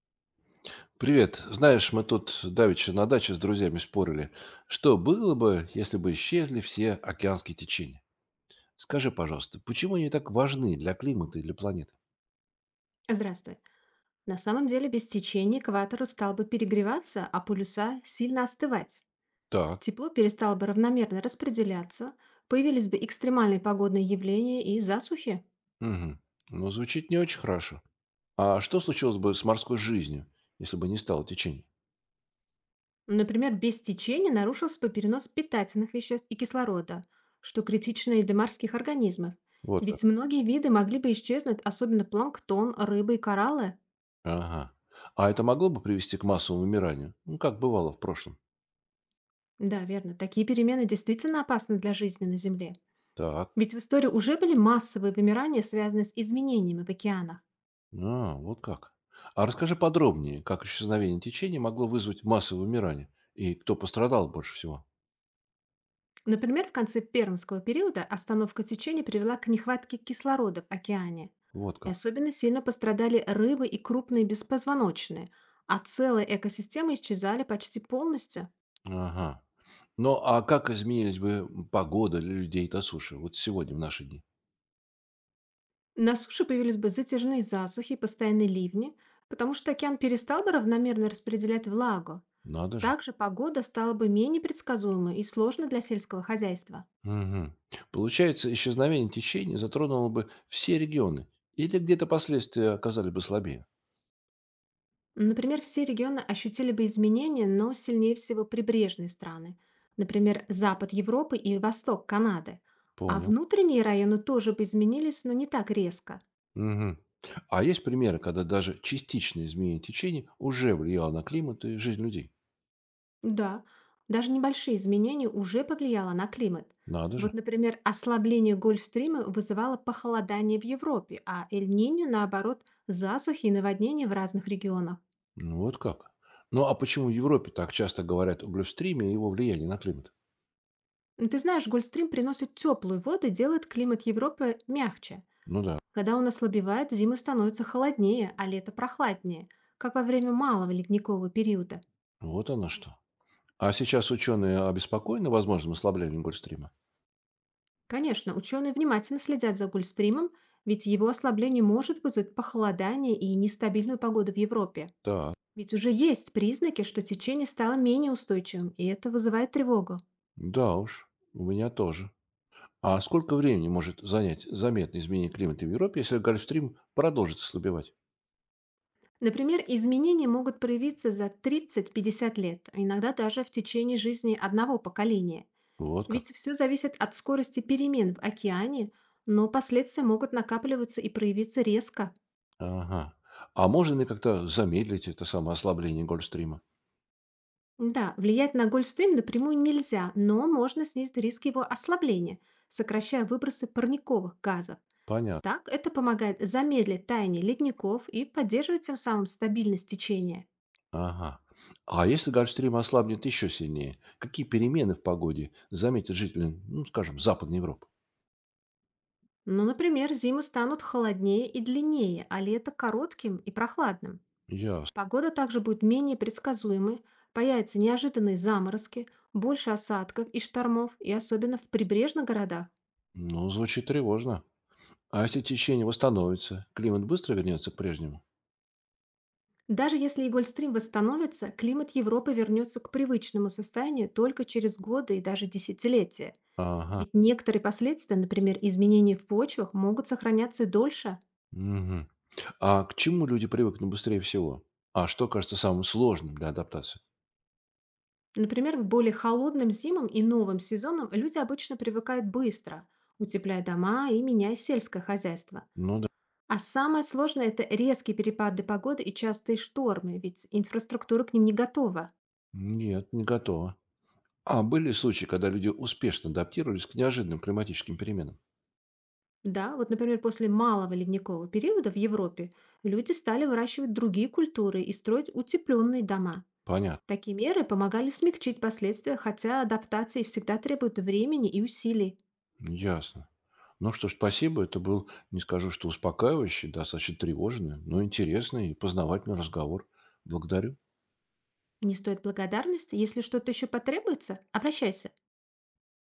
Привет. Знаешь, мы тут давеча на даче с друзьями спорили, что было бы, если бы исчезли все океанские течения. Скажи, пожалуйста, почему они так важны для климата и для планеты? Здравствуй. На самом деле без течения экватор стал бы перегреваться, а полюса сильно остывать. Так. Тепло перестало бы равномерно распределяться, появились бы экстремальные погодные явления и засухи. Угу. Ну, звучит не очень хорошо. А что случилось бы с морской жизнью, если бы не стало течений? Например, без течения нарушился бы перенос питательных веществ и кислорода, что критично и для морских организмов. Вот как. Ведь многие виды могли бы исчезнуть, особенно планктон, рыбы и кораллы. Ага. А это могло бы привести к массовому вымиранию? Ну, как бывало в прошлом. Да, верно, такие перемены действительно опасны для жизни на Земле. Так. Ведь в истории уже были массовые вымирания, связанные с изменениями в океанах. А, вот как. А расскажи подробнее, как исчезновение течения могло вызвать массовое вымирание и кто пострадал больше всего. Например, в конце Пермского периода остановка течения привела к нехватке кислорода в океане. Вот И как. особенно сильно пострадали рыбы и крупные беспозвоночные, а целые экосистемы исчезали почти полностью. Ага. Ну, а как изменились бы погода для людей до суши вот сегодня, в наши дни? На суше появились бы затяжные засухи и постоянные ливни, потому что океан перестал бы равномерно распределять влагу. Надо же. Также погода стала бы менее предсказуемой и сложной для сельского хозяйства. Мгм. Получается, исчезновение течения затронуло бы все регионы. Или где-то последствия оказались бы слабее. Например, все регионы ощутили бы изменения, но сильнее всего прибрежные страны. Например, запад Европы и восток Канады. А Понял. внутренние районы тоже бы изменились, но не так резко. Мгм. А есть примеры, когда даже частичное изменение течения уже влияло на климат и жизнь людей? Да, даже небольшие изменения уже повлияло на климат. Надо же. Вот, например, ослабление Гольфстрима вызывало похолодание в Европе, а Эль-Ниньо, наоборот, засухи и наводнения в разных регионах. Ну, вот как. Ну, а почему в Европе так часто говорят о глюстриме и его влиянии на климат? Ты знаешь, Гольфстрим приносит теплую воду и делает климат Европы мягче. Ну да, Когда он ослабевает, зимы становятся холоднее, а лето прохладнее, как во время малого ледникового периода. вот оно что. А сейчас ученые обеспокоены возможным ослаблением Гольфстрима? Конечно, ученые внимательно следят за Гольфстримом, ведь его ослабление может вызвать похолодание и нестабильную погоду в Европе. Так, Ведь уже есть признаки, что течение стало менее устойчивым, и это вызывает тревогу. да уж, у меня тоже. А сколько времени может занять заметное изменение климата в Европе, если Гольфстрим продолжит ослабевать? Например, изменения могут проявиться за 30-50 лет, а иногда даже в течение жизни одного поколения. Вот Ведь как. все зависит от скорости перемен в океане, но последствия могут накапливаться и проявиться резко. Ага. А можно ли как-то замедлить это самое ослабление Гольфстрима? Да, влиять на Гольфстрим напрямую нельзя, но можно снизить риск его ослабления, сокращая выбросы парниковых газов. Понятно. Так это помогает замедлить таяние ледников и поддерживать тем самым стабильность течения. Ага. А если Гольфстрим ослабнет еще сильнее, какие перемены в погоде заметят жители, ну, скажем, Западной Европы? Ну, например, зимы станут холоднее и длиннее, а лето коротким и прохладным. Ясно. Погода также будет менее предсказуемой, появятся неожиданные заморозки, больше осадков и штормов, и особенно в прибрежных городах. Ну, звучит тревожно. А если течение восстановится, климат быстро вернется к прежнему? Даже если Игольстрим восстановится, климат Европы вернется к привычному состоянию только через годы и даже десятилетия. Ага. Ведь некоторые последствия, например, изменения в почвах, могут сохраняться дольше. Мгм. А к чему люди привыкли быстрее всего? А что кажется самым сложным для адаптации? Например, к более холодным зимам и новым сезонам люди обычно привыкают быстро, утепляя дома и меняя сельское хозяйство. Ну да. А самое сложное– это резкие перепады погоды и частые штормы, ведь инфраструктура к ним не готова. Нет, не готово. А были случаи, когда люди успешно адаптировались к неожиданным климатическим переменам? Да, вот, например, после малого ледникового периода в Европе люди стали выращивать другие культуры и строить утепленные дома. Понятно. Такие меры помогали смягчить последствия, хотя адаптации всегда требуют времени и усилий. Ясно. Ну что ж, спасибо. Это был, не скажу, что успокаивающий, достаточно тревожный, но интересный и познавательный разговор. Благодарю. Не стоит благодарности, если что-то еще потребуется, обращайся.